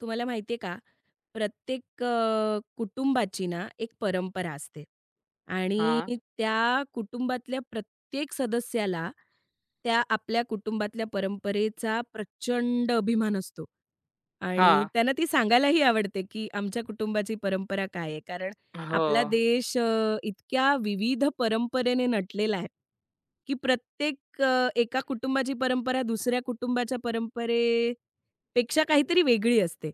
तुम्हाला माहिती आहे का, प्रत्येक कुटुंबाची ना एक परंपरा असते आणि हां, त्या कुटुंबातल्या प्रत्येक सदस्याला त्या आपल्या कुटुंबातल्या परंपरेचा प्रचंड अभिमान असतो आणि हां. त्यांना ती सांगायलाही आवडते, की आमच्या कुटुंबाची परंपरा काय आहे? कारण हो. आपला देश इतक्या विविध परंपरेने नटलेला आहे, की प्रत्येक एका कुटुंबाची परंपरा दुसऱ्या कुटुंबाच्या परंपरेपेक्षा काहीतरी वेगळी असते.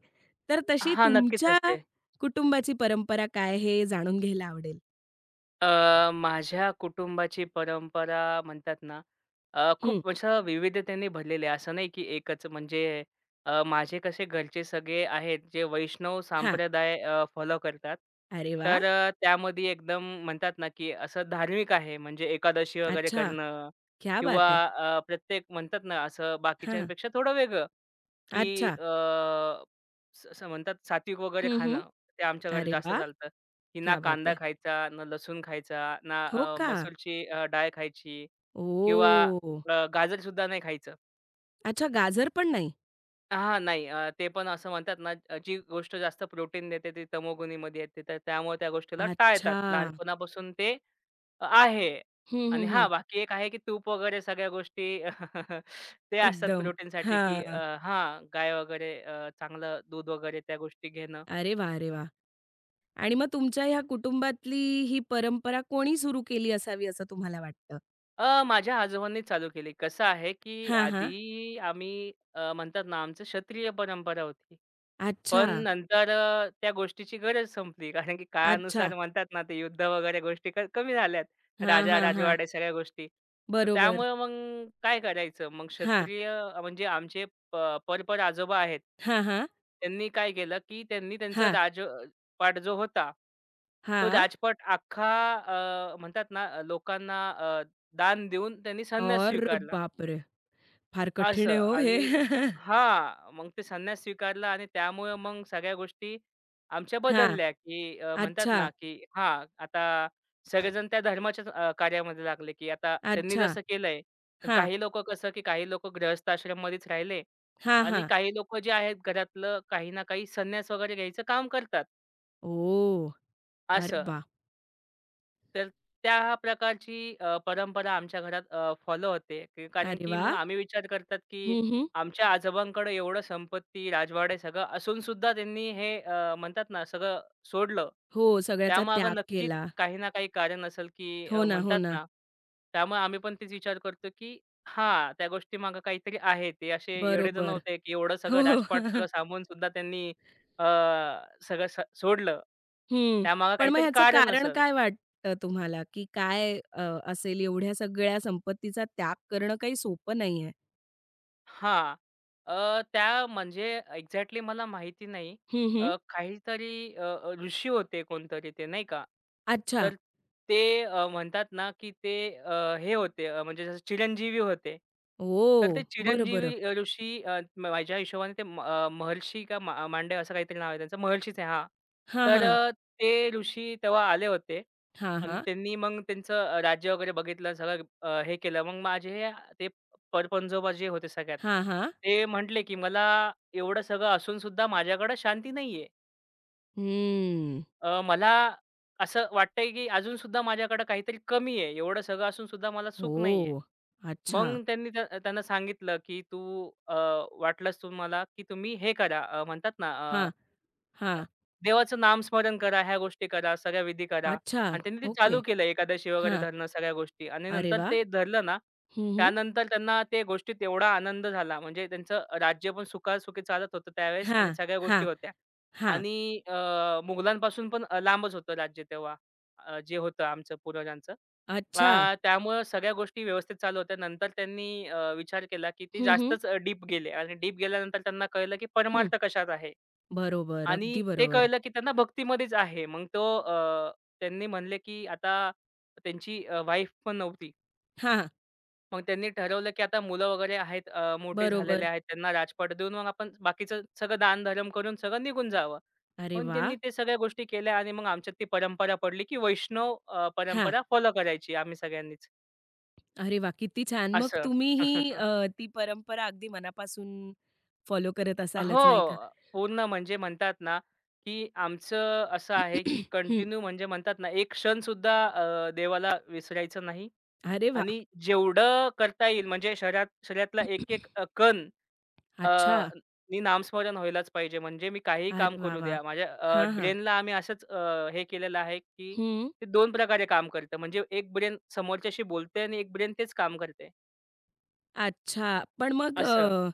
तर तशी हां, नक्कीच तुमच्या असते. कुटुंबाची परंपरा काय आहे हे जाणून घ्यायला आवडेल. माझ्या कुटुंबाची परंपरा म्हणतात ना, हं, खूप असं विविधतेने भरलेली आहे. असं नाही की एकच म्हणजे माझे कसे घरचे सगळे आहेत जे वैष्णव हां. संप्रदाय फॉलो करतात. अरे वाह! तर त्यामध्ये एकदम म्हणतात ना, की असं धार्मिक आहे. म्हणजे एकादशी वगैरे अच्छा, करणं क्या किंवा बात है! प्रत्येक म्हणतात ना, असं हां, बाकीच्यांपेक्षा थोडं वेगळं. की अच्छा. अ, स असं म्हणतात सात्विक वगैरे हं, हं. खाणं, ते आमच्या घरी अरे जास्त वाह! चालतं, की ना क्या बात कांदा है! खायचा, ना लसूण खायचा, ना हो का? मसूरची डाळ खायची किंवा ओह! गाजरसुद्धा नाही खायचं. अच्छा गाजर पण नाही? हां, नाही ते पण असं म्हणतात ना, जी गोष्ट जास्त प्रोटीन देते ती तमोगुणीमध्ये येते, तर त्यामुळे त्या गोष्टीला टाळतात. अच्छा. लहानपणापासून ते आहे. हं, आणि हं, हं. हां, बाकी एक आहे की तूप वगैरे सगळ्या गोष्टी ते असतात एकदम. प्रोटीनसाठी की हां. हां, गाय वगैरे चांगलं दूध वगैरे त्या गोष्टी घेणं. अरे वाह! अरे वाह! आणि मग तुमच्या ह्या कुटुंबातली ही परंपरा कोणी सुरू केली असावी असं तुम्हाला वाटतं? माझ्या आजोबांनी चालू केली. कसं आहे की हां, हां. आधी आम्ही म्हणतात ना आमचं क्षत्रिय परंपरा होती. अच्छा, पण नंतर त्या गोष्टीची गरज संपली. कारण की अच्छा. काळानुसार म्हणतात ना, ते युद्ध वगैरे गोष्टी कमी झाल्यात. हां, हां, हां. राजा-राजवाडे सगळ्या गोष्टी. तर बरोबर. त्यामुळे मग काय करायचं? मग हां. क्षत्रिय म्हणजे आमचे प आजोबा आहेत. हां, हां. त्यांनी काय केलं, की त्यांनी त्यांचा हां, राजपाट जो होता, तो हां. राजपाट अख्खा म्हणतात ना, लोकांना दान देऊन त्यांनी संन्यास और स्वीकारला. बाप रे! फार कठीण आहे असं हो हे. आणि हां, मग ते संन्यास स्वीकारला आणि त्यामुळे मग सगळ्या गोष्टी आमच्या हां. बदलल्या, की म्हणतात अच्छा, ना, की हां, आता सगळेजण त्या धर्माच्याच कार्यामध्ये लागले, की आता त्यांनी अच्छा. जसं केलंय. पण हां, काही लोकं कसं, की काही लोकं गृहस्थ आश्रममध्येच राहिले हां, आणि हां. काही लोकं जे आहेत घरातलं काही ना काही संन्यास वगैरे घ्यायचं काम करतात, ओह! अरे असं. वाह! तर त्या प्रकारची परंपरा आमच्या घरात फॉलो होते. की कारण अरे की मग वाह! आम्ही विचार करतात, की हं, हं. आमच्या आजोबांकडे एवढं संपत्ती, राजवाडे सगळं असून सुद्धा त्यांनी हे म्हणतात ना सगळं सोडलं. हो, सगळ्याचा त्याग त्यामागं नक्कीच केला. काही ना काही कारण असेल, की हो ना, हो म्हणतात ना. ना, त्यामुळे आम्ही पण तेच विचार करतो, की हां, त्या गोष्टीमागं काहीतरी आहे. ते असे येडे तर बरोबर. नव्हते, की एवढं हो, सगळं हो. राजपाट सगळं सांभाळून सुद्धा त्यांनी अ, सगळं सोडलं. हं. त्यामागं पण मग काहीतरी ह्याचं कारण कारण असेल. काय वाटतं तुम्हाला, की असेल एवढ्या सगळ्या संपत्तीचा त्याग करणं काही सोपं नाहीये? हां. त्या म्हणजे एक्झॅक्टली मला माहिती नाही. हं, हं. काहीतरी अ, अ, ऋषी होते कोणतरी ते नाही का. अच्छा. तर ते म्हणतात ना, की ते हे होते म्हणजे जसं चिरंजीवी होते. तर ओह! ते बरं, बरं. चिरंजीवी ऋषी माझ्या हिशोबाने ते महर्षी का मांडे असं काहीतरी नाव आहे त्यांचं. महर्षीच आहे हां. हां, तर हां. ते ऋषी तेव्हा आले होते हां, आणि हां. त्यांनी मग त्यांचं राज्य वगैरे बघितलं. सगळं हे केलं. मग माझे ते परपंजोबा जे होते सगळ्यात. हां, हां. ते म्हटले, की "मला एवढं सगळं असून सुद्धा माझ्याकडे शांती नाहीये. हम्म. मला असं वाटतंय, की अजून सुद्धा माझ्याकडे काहीतरी कमी आहे. एवढं सगळं असून सुद्धा मला सुख नाहीये." हो. अच्छा. मग त्यांनी त्या त्यांना सांगितलं, की "तू वाटलंस तुम्हाला, की तुम्ही हे करा." म्हणतात ना, हां, अ, हां. देवाचं नामस्मरण करा, ह्या गोष्टी करा, सगळ्या विधी करा. अच्छा. आणि त्यांनी ते ओके. चालू केलं एकादशी वगैरे हां. धरणं सगळ्या गोष्टी आणि अरे नंतर वा, ते धरलं ना, हं, हं. त्यानंतर त्यांना ते गोष्टीत एवढा आनंद झाला म्हणजे त्यांचं राज्य पण सुखासुखी चालत होतं त्यावेळेस आणि हां, सगळ्या गोष्टी हां, होत्या. हां. आणि मुघलांपासून पण लांबच होतं राज्य तेव्हा जे होतं आमचं पूर्वजांचं. अच्छा. त्यामुळं सगळ्या गोष्टी व्यवस्थित चालू होत्या. नंतर त्यांनी विचार केला, की ते हं, हं. जास्तच डीप गेले आणि डीप गेल्यानंतर त्यांना कळलं, की हं. परमार्थ कशात आहे? बरोबर. आणि अगदी ते बरोबर. कळलं, की त्यांना भक्तीमध्येच आहे. मग तो त्यांनी म्हणले, की आता त्यांची वाईफ पण नव्हती. हां. मग त्यांनी ठरवलं, की आता मुलं वगैरे आहेत मोठे झालेले बरोबर. आहेत. त्यांना राजपाट देऊन मग आपण बाकीचं सगळं दानधर्म करून सगळं निघून जावं. अरे म्हणून वा, त्यांनी ते सगळ्या गोष्टी केल्या आणि मग आमच्यात ती परंपरा पडली, की वैष्णव हां. परंपरा फॉलो करायची आम्ही सगळ्यांनीच अरे वाह! किती छान. मग असं. तुम्ही ती परंपरा अगदी मनापासून फॉलो करत असालच नाही का? हो. पूर्ण म्हणजे म्हणतात ना, की आमचं असं आहे, की हं. कंटिन्यू म्हणजे म्हणतात ना, एक क्षण सुद्धा देवाला विसरायचं नाही अरे वाह! आणि जेवढं करता येईल म्हणजे शरीरातला एक-एक कण अ, अच्छा. नी नामस्मरण व्हायलाच पाहिजे. म्हणजे मी काहीही काम अरे वाह, करू वाह! द्या. माझ्या हां, हां. ब्रेनला आम्ही असंच हे केलेलं आहे, की ते 2 प्रकारे काम करतं. म्हणजे एक ब्रेन समोरच्याशी बोलते आणि एक ब्रेन तेच काम करते. अच्छा. पण मग असं. अ,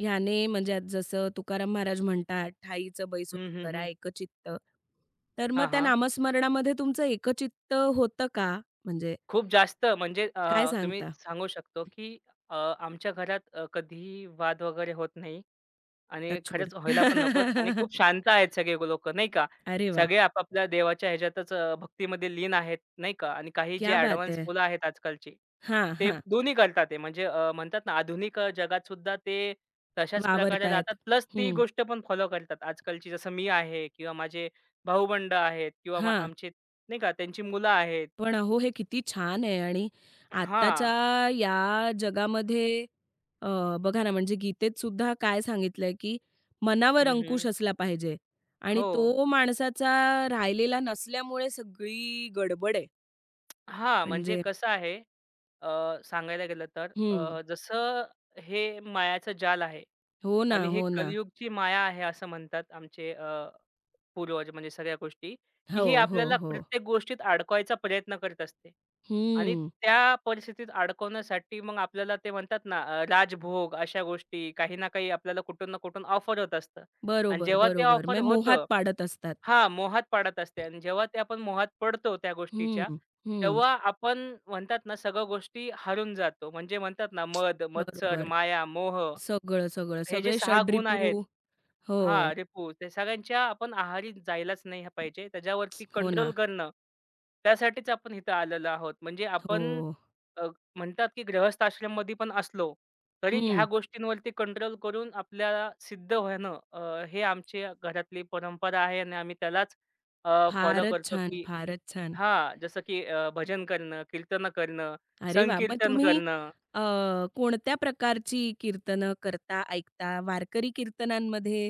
ह्याने म्हणजे आज जसं तुकाराम महाराज म्हणतात, "ठाईचं बैसोड हं, हं, करा हं. एकचित्त." तर मग हां, त्या हां. नामस्मरणामध्ये तुमचं एकचित्त होतं का? म्हणजे खूप जास्त म्हणजे काय तुम्ही सांगता? सांगू शकतो, की आमच्या घरात कधीही वाद वगैरे होत नाही आणि टचवूड. खरंच व्हायला पण नकोत आणि खूप शांत आहेत सगळे लोकं नाही का. अरे वाह! सगळे आपापल्या देवाच्या ह्याच्यातच भक्तीमध्ये लीन आहेत नाही का आणि काही जे क्या बात एडव्हान्स है! मुलं आहेत आजकालची, हां, ते हां. दोन्ही करतात ते म्हणजे म्हणतात ना आधुनिक जगात सुद्धा ते तशाच प्रकारे वावरतायत. राहतात प्लस ती हं. गोष्ट पण फॉलो करतात आजकालची. जसं मी आहे किंवा माझे भाऊबंड आहेत किंवा मग हां. आमचे नाही का त्यांची मुलं आहेत. पण अहो, हे किती छान आहे आणि हां. आत्ताच्या या जगामध्ये अ, बघा ना, म्हणजे गीतेत सुद्धा काय सांगितलंय, की मनावर हं, अंकुश हं. असला पाहिजे आणि हो. तो माणसाचा राहिलेला नसल्यामुळे सगळी गडबड आहे. हां, म्हणजे म्हणजे कसं आहे अ, सांगायला गेलं तर हं. जसं हे मायाचं जाल आहे हो ना, आणि हे हो ना. कलियुगची माया आहे असं म्हणतात आमचे पूर्वज म्हणजे सगळ्या गोष्टी, की हो, हे हो, आपल्याला हो. प्रत्येक गोष्टीत अडकवायचा प्रयत्न करत असते आणि हं. त्या परिस्थितीत अडकवण्यासाठी मग आपल्याला ते म्हणतात ना राजभोग अशा गोष्टी काही ना काही आपल्याला कुठून ना कुठून ऑफर होत असतं आणि बरोबर, जेव्हा ते बरोबर. ऑफर मग मोहात होतं पाडत असतात. हां, मोहात पाडत असते आणि जेव्हा ते आपण मोहात पडतो त्या हं, गोष्टीच्या, हं. तेव्हा आपण म्हणतात ना, सगळ्या गोष्टी हरून जातो. म्हणजे म्हणतात ना, मद, मत्सर, बरोबर. माया, मोह सगळं, सगळं. हे जे सगळे 6 गुण षडरिपू. आहेत. हो. हां, रिपू ते सगळ्यांच्या आपण आहारी जायलाच नाही हा पाहिजे. त्याच्यावरती हो कंट्रोल ना. करणं, त्यासाठीच आपण इथं आलेलो आहोत. म्हणजे हो. आपण अ, म्हणतात की गृहस्थ आश्रममध्ये पण असलो, तरी ह्या हं. गोष्टींवरती कंट्रोल करून आपल्याला सिद्ध होणं हे आमची घरातली परंपरा आहे आणि आम्ही त्यालाच फॉलो फारच करतो छान, की फारच छान. हां, जसं की भजन करणं, कीर्तनं करणं, अरे वाह! मग संकीर्तन तुम्ही करणं. अ, कोणत्या प्रकारची कीर्तनं करता, ऐकता? वारकरी कीर्तनांमध्ये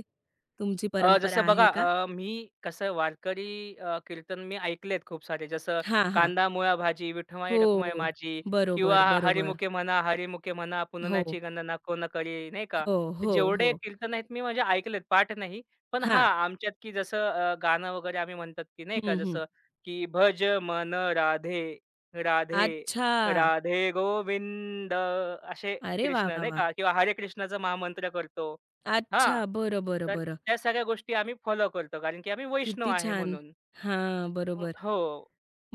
तुमची परंपरा जसं बघा आहे का? मी कसं वारकरी कीर्तन मी ऐकलेत खूप सारे. जसं हां, हां. "कांदा मुळा भाजी, विठमाई हो. रखुमाई माझी" किंवा बरोबर, बरोबर. "हरिमुखे म्हणा, हरिमुखे म्हणा, हो, पुननाची गणना कोण करी" नाही का? हो, तर हो, जेवढे हो. कीर्तन आहेत मी म्हणजे ऐकलेत, पाठ नाही. पण हां, हां. आमच्यात की जसं गाणं वगैरे आम्ही म्हणतात की नाही का हं, हं. जसं की "भज मन राधे, राधे, अच्छा. राधे गोविंद" असे अरे वाह, कृष्ण वाह, नाही वाह! का? किंवा हरे कृष्णाचा महामंत्र करतो. अच्छा. हां, बरं, बरं, तर बरं. त्या सगळ्या गोष्टी आम्ही फॉलो करतो. कारण की आम्ही वैष्णव किती आहे छान. म्हणून. हां, हं. बरोबर. हो.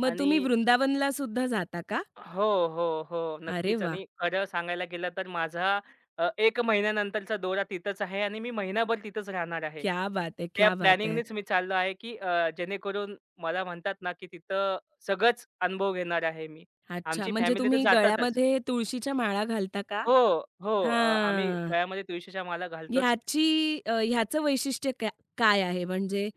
मग आणि तुम्ही वृंदावनला सुद्धा जाता का? हो, हो, हो. अरे नक्कीच वाह! आणि खरं सांगायला गेलं तर माझा 1 महिन्यानंतरचा दौरा तिथंच आहे आणि मी महिनाभर तिथंच राहणार आहे. क्या बात है! त्या क्या बात है! प्लॅनिंगनेच मी चाललो आहे, की जेणेकरून मला म्हणतात ना, की तिथं सगळंच अनुभव घेणार आहे मी. अच्छा, आमची म्हणजे फॅमिली तर तुम्ही जातातच. गळ्यामध्ये तुळशीच्या माळा घालता का? हो, हो. आम्ही हां. गळ्यामध्ये तुळशीच्या माला घालतोच. ह्याचं वैशिष्ट्य क्या काय आहे? म्हणजे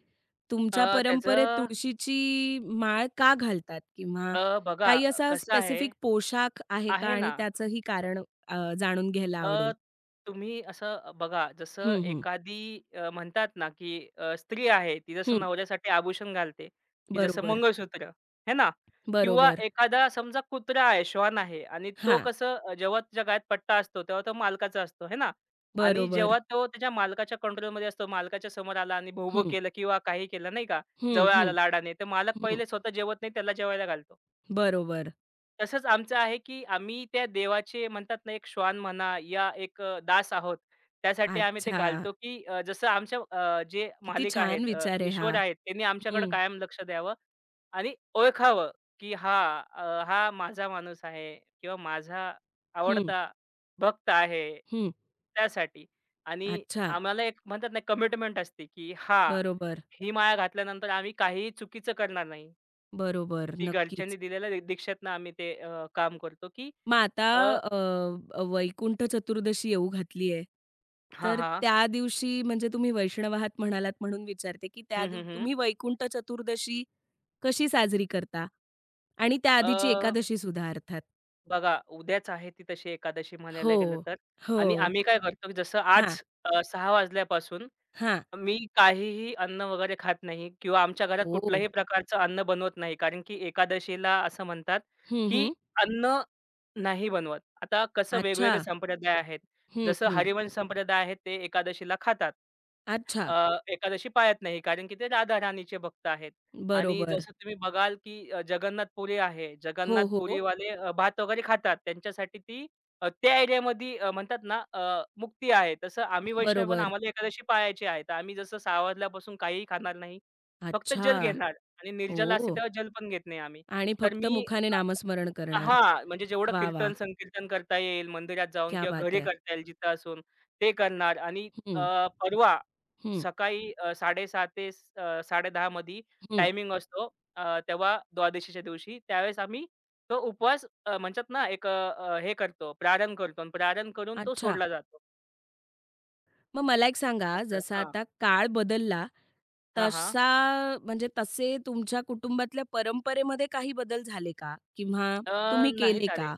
अ, तुमच्या परंपरेत त्याचं तुळशीची माळ का घालतात? किंवा बघा काही असा कसं आहे स्पेसिफिक पोशाख आहे का? आहे आणि ना. त्याचंही कारण जाणून घ्यायला आवडेल. अ, तुम्ही असं बघा, जसं हं, हं. एखादी म्हणतात ना, की स्त्री आहे, ती जसं हं. नवऱ्यासाठी आभूषण घालते, की जसं बरोबर, मंगळसूत्र, हे ना? किंवा बरोबर. एखादा समजा कुत्रा आहे, श्वान आहे आणि तो हां. कसं जेव्हा त्याच्या गळ्यात पट्टा असतो, तेव्हा तो मालकाचा असतो, हे ना? आणि बरोबर. जेव्हा तो त्याच्या मालकाच्या कंट्रोलमध्ये असतो, मालकाच्या समोर आला आणि भों हं. केलं किंवा काही केलं, नाही का? हं, जवळ आला हं. लाडाने, तर मालक हं. पहिले स्वतः जेवत नाही, त्याला जेवायला घालतो. बरोबर. तसंच आमचं आहे, की आम्ही त्या देवाचे म्हणतात ना, एक श्वान म्हणा या एक दास आहोत. त्यासाठी आम्ही ते अच्छा. घालतो, की जसं आमच्या जे किती मालिक छान आहेत, विचार आहे हा. ईश्वर आहेत, त्यांनी आमच्याकडे हं, कायम लक्ष द्यावं आणि ओळखावं, की हा, हा माझा माणूस आहे किंवा माझा हं, आवडता भक्त आहे. हं. त्यासाठी आणि अच्छा. आम्हाला एक म्हणतात ना, कमिटमेंट असते, की हां, बरोबर, ही माळा घातल्यानंतर आम्ही काहीही चुकीचं करणार नाही. बरोबर. ती नक्कीच. घरच्यांनी दिलेल्या दीक्षेतनं आम्ही ते काम करतो, की मग आता अ अ, वैकुंठ चतुर्दशी येऊ घातली आहे. हां, तर हां. त्या दिवशी म्हणजे तुम्ही वैष्णव आहात म्हणालात म्हणून विचारते, की त्या हं, दिव हं, हं. तुम्ही वैकुंठ चतुर्दशी कशी साजरी करता? आणि अ, त्याआधीची एकादशी सुद्धा अर्थात. बघा उद्याच आहे ती तशी एकादशी म्हणायला गेलं हो, तर आणि हो. आम्ही काय करतो, की जसं हां, आज 6:00 वाजल्यापासून हां. मी काहीही अन्न वगैरे खात नाही किंवा आमच्या घरात ओह! कुठल्याही प्रकारचं अन्न बनवत नाही. कारण की एकादशीला असं म्हणतात, हं, की हं. अन्न नाही बनवत. आता कसं अच्छा. वेगवेगळे संप्रदाय आहेत. हं, जसं हं. हरिवंश संप्रदाय आहे ते एकादशीला खातात. अच्छा. अ, एकादशी पाळत नाही कारण की ते राधा-राणीचे भक्त आहेत. आणि बरोबर. जसं तुम्ही बघाल की जगन्नाथपुरी आहे. हो, हो. जगन्नाथपुरीवाले भात वगैरे खातात. त्यांच्यासाठी ती त्या एरियामध्ये म्हणतात ना मुक्ती आहे. तसं आम्ही वैष्णव पण बरोबर. आम्हाला एकादशी पाळायची आहे. तर आम्ही जसं 6:00 वाजल्यापासून काहीही खाणार नाही. फक्त अच्छा. जल घेणार आणि निर्जला असते ओह! तेव्हा जल पण घेत नाही आम्ही. आणि तर फक्त मी मुखाने नामस्मरण करणार. हां, म्हणजे जेवढं वाह! वाह! कीर्तन, संकीर्तन करता येईल मंदिरात जाऊन क्या किंवा बात घरी है! करता येईल जिथं असून ते करणार आणि अ, हं, परवा हं, सकाळी 7:30 ते 10:30 मध्ये हं. टायमिंग असतो. तेव्हा द्वादशीच्या दिवशी त्यावेळेस आम्ही तो उपवास म्हणतात ना एक अ, अ, हे करतो, प्रारण करतो आणि प्रारण करून तो अच्छा. सोडला जातो. मग मला एक सांगा, असं. जसा हां. आता काळ बदलला, हां, हां. तसा म्हणजे तसे तुमच्या कुटुंबातल्या परंपरेमध्ये काही बदल झाले का? किंवा तुम्ही नाही केले झाले. का?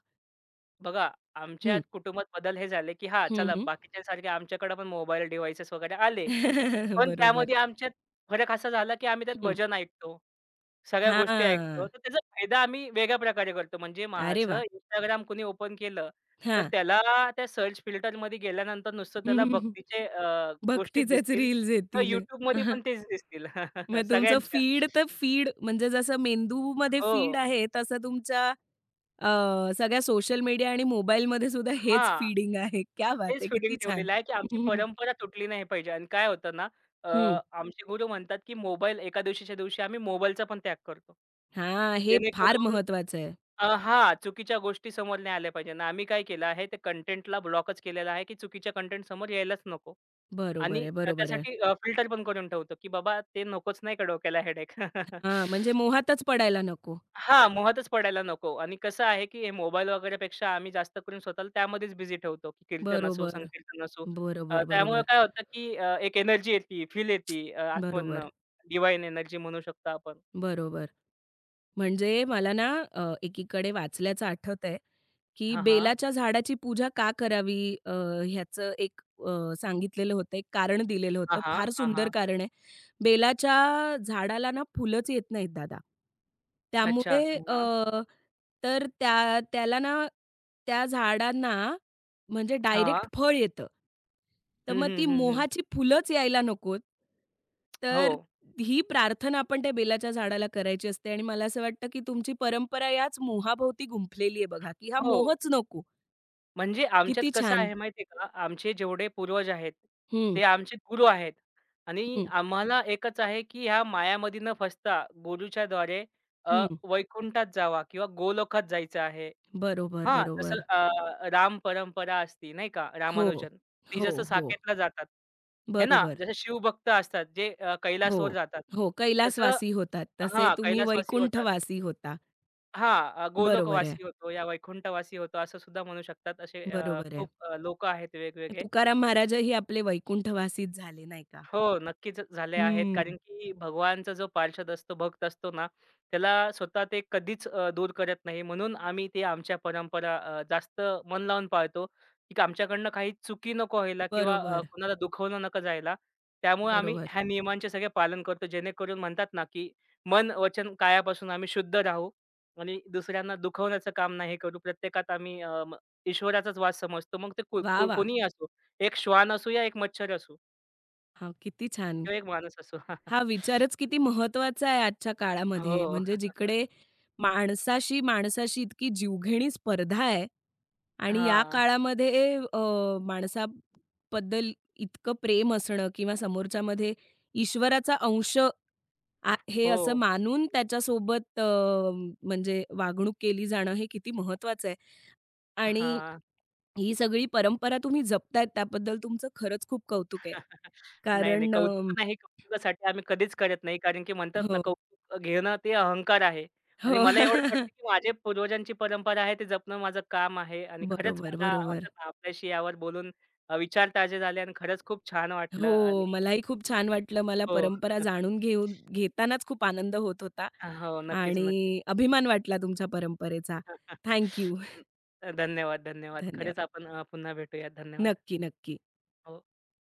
बघा आमच्या हं, कुटुंबात बदल हे झाले, की हां, हं, चला हं. बाकीच्यांसारखे आमच्याकडे पण मोबाईल डिव्हाइसेस वगैरे आले. पण बरोबर. त्यामध्ये आमच्यात फरक असा झाला, की आम्ही त्यात हं. भजन ऐकतो, सगळ्या गोष्टी ऐकतो. हां. तर त्याचा फायदा आम्ही वेगळ्या प्रकारे करतो. म्हणजे अरे माझं वाह! Instagram कोणी ओपन केलं, तर हां. त्याला त्या सर्च फिल्टरमध्ये गेल्यानंतर नुसतं त्याला भक्तीचे गोष्टीच भक्तीचेच दिसतील. रील्स तर येतील. YouTubeमध्ये पण तेच दिसतील मग तुमचं सगळ्यांच्या. फीड तर फीड म्हणजे जसं मेंदूमध्ये फीड हो. आहे, तसं तुमच्या अ, सगळ्या सोशल मीडिया आणि मोबाईलमध्ये सुद्धा हेच हां. फीडिंग आहे. क्या बात तेच है! फीडिंग किती छान. ठेवलेलं आहे, की आमची परंपरा तुटली नाही पाहिजे. आणि काय होतं ना, अ, हं. आमचे गुरु म्हणतात, की मोबाईल एका दिवशीच्या दिवशी आम्ही मोबाईलचा पण त्याग करतो. हां, हे फार जेणेकरून महत्वाचं आहे. हां, चुकीच्या गोष्टी समोर नाही आल्या पाहिजे ना. आम्ही काय केलं आहे, ते कंटेंटला ब्लॉकच केलेला आहे, की चुकीच्या कंटेंट समोर यायलाच नको. बरोबर आणि आहे, बरोबर आहे. त्यासाठी फिल्टर पण करून ठेवतो, की बाबा ते नकोच नाही का डोक्याला हेडेक. हां, म्हणजे मोहातच पडायला नको. हां, मोहातच पडायला नको. आणि कसं आहे, की हे मोबाईल वगैरेपेक्षा आम्ही जास्त करून स्वतःला त्यामध्येच बिझी ठेवतो, की कीर्तन असू, बरोबर, संकीर्तन असू. बरोबर, त्यामुळे बरोबर, काय होतं, की एक एनर्जी येते, फील येते बरोबर, आतमधनं. एनर्जी म्हणू शकतो आपण. बरोबर. म्हणजे मला ना एकीकडे वाचल्याचं आठवतंय, की हां, हां. बेलाच्या झाडाची पूजा का करावी ह्याचं एक सांगितलेलं होतं, एक कारण दिलेलं हां, होतं. हां. फार हां, सुंदर हां. कारण आहे. बेलाच्या झाडाला ना फुलंच येत नाहीत दादा. अच्छा. त्यामुळे हां, हां. तर त्या त्याला ना त्या झाडांना म्हणजे हां. डायरेक्ट फळ येतं. तर हं, मग हं, ती हं, हं. मोहाची फुलंच यायला नकोत. हो, तर ही प्रार्थना आपण त्या बेलाच्या झाडाला करायची असते आणि मला असं वाटतं, की तुमची परंपरा याच मोहाभोवती गुंफलेली आहे बघा, की हा हो. मोहच नको. म्हणजे आमच्यात किती कसं छान. आहे माहिती आहे का, आमचे जेवढे पूर्वज आहेत, हं, ते आमचे गुरु आहेत आणि हं, आम्हाला एकच आहे, की ह्या मायामध्ये न फसता गुरुच्याद्वारे अ, हं. वैकुंठात जावा किंवा गोलोकात जायचं आहे. बरोबर, हां, जसं बरोबर. राम परंपरा असती नाही का, हो, रामानुजन. ती हो, जसं हो. साकेतला जातात. हे ना, बरोबर. जसं शिवभक्त असतात जे हो, कैलासवर जातात. हो. तसं कैलासवासी होतात, तसे हां, तुम्ही कैलासवासी होतात. वैकुंठवासी होता. हां, बरोबर आहे, गोलोकवासी होतो या वैकुंठवासी होतो असं सुद्धा म्हणू शकतात. असे बरोबर आहे. खूप आहेत वेगवेगळे. तुकाराम महाराजही आपले वैकुंठवासीच झाले नाही का? हो, नक्कीच झाले आहेत. हं. कारण की भगवानचा जो पार्षद असतो, भक्त असतो ना, त्याला स्वतः ते कधीच दूर करत नाही. म्हणून आम्ही ते आमच्या परंपरा जास्त मन लावून पाळतो, की आमच्याकडनं काही चुकी नको व्हायला किंवा बरोबर, कोणाला दुखवलं नका जायला. त्यामुळे आम्ही बरोबर. ह्या नियमांचे सगळे पालन करतो. जेणेकरून म्हणतात ना, की मन, वचन, कायापासून आम्ही शुद्ध राहू आणि दुसऱ्यांना दुखवण्याचं काम नाही करू. प्रत्येकात आम्ही अ, म ईश्वराचाच वास समजतो. मग ते को वाह, को वाह! कोणीही असो, एक श्वान असू या एक मच्छर असू. हां, किती छान. तो एक माणूस असो. हा विचारच किती महत्त्वाचा आहे आजच्या काळामध्ये. हो. म्हणजे जिकडे माणसाशी माणसाशी इतकी जीवघेणी स्पर्धा आहे आणि या हां. काळामध्ये माणसाबद्दल इतकं प्रेम असणं किंवा समोरच्यामध्ये ईश्वराचा अंश आ हे हो. असं मानून त्याच्यासोबत म्हणजे वागणूक केली जाणं हे किती महत्त्वाचं आहे. आणि हां. ही सगळी परंपरा तुम्ही जपतायत त्याबद्दल तुमचं खरंच खूप कौतुक आहे. नाही, नाही. कारण अ, कौतुक नाही. कौतुकासाठी आम्ही कधीच करत नाही. कारण की म्हणतात ना, हो, कौतुक घेणं ते अहंकार आहे. आणि हो. मला एवढंच वाटतं, की माझे पूर्वजांची परंपरा आहे, ते जपणं माझं काम आहे. आणि खरंच बरोबर, मला बरोबर. म्हणतात ना, आपल्याशी यावर बोलून विचार ताजे झाले आणि खरंच खूप छान वाटलं आणि हो, मलाही खूप छान वाटलं. मला हो. परंपरा जाणून घेऊन घेतानाच खूप आनंद होत होता हो. नक्कीच, नक्कीच. आणि अभिमान वाटला तुमच्या परंपरेचा. थँक धन्यवाद, धन्यवाद. खरंच धन्यवाद. आपण पुन्हा भेटूयात. धन्यवाद. नक्की, नक्की. हो.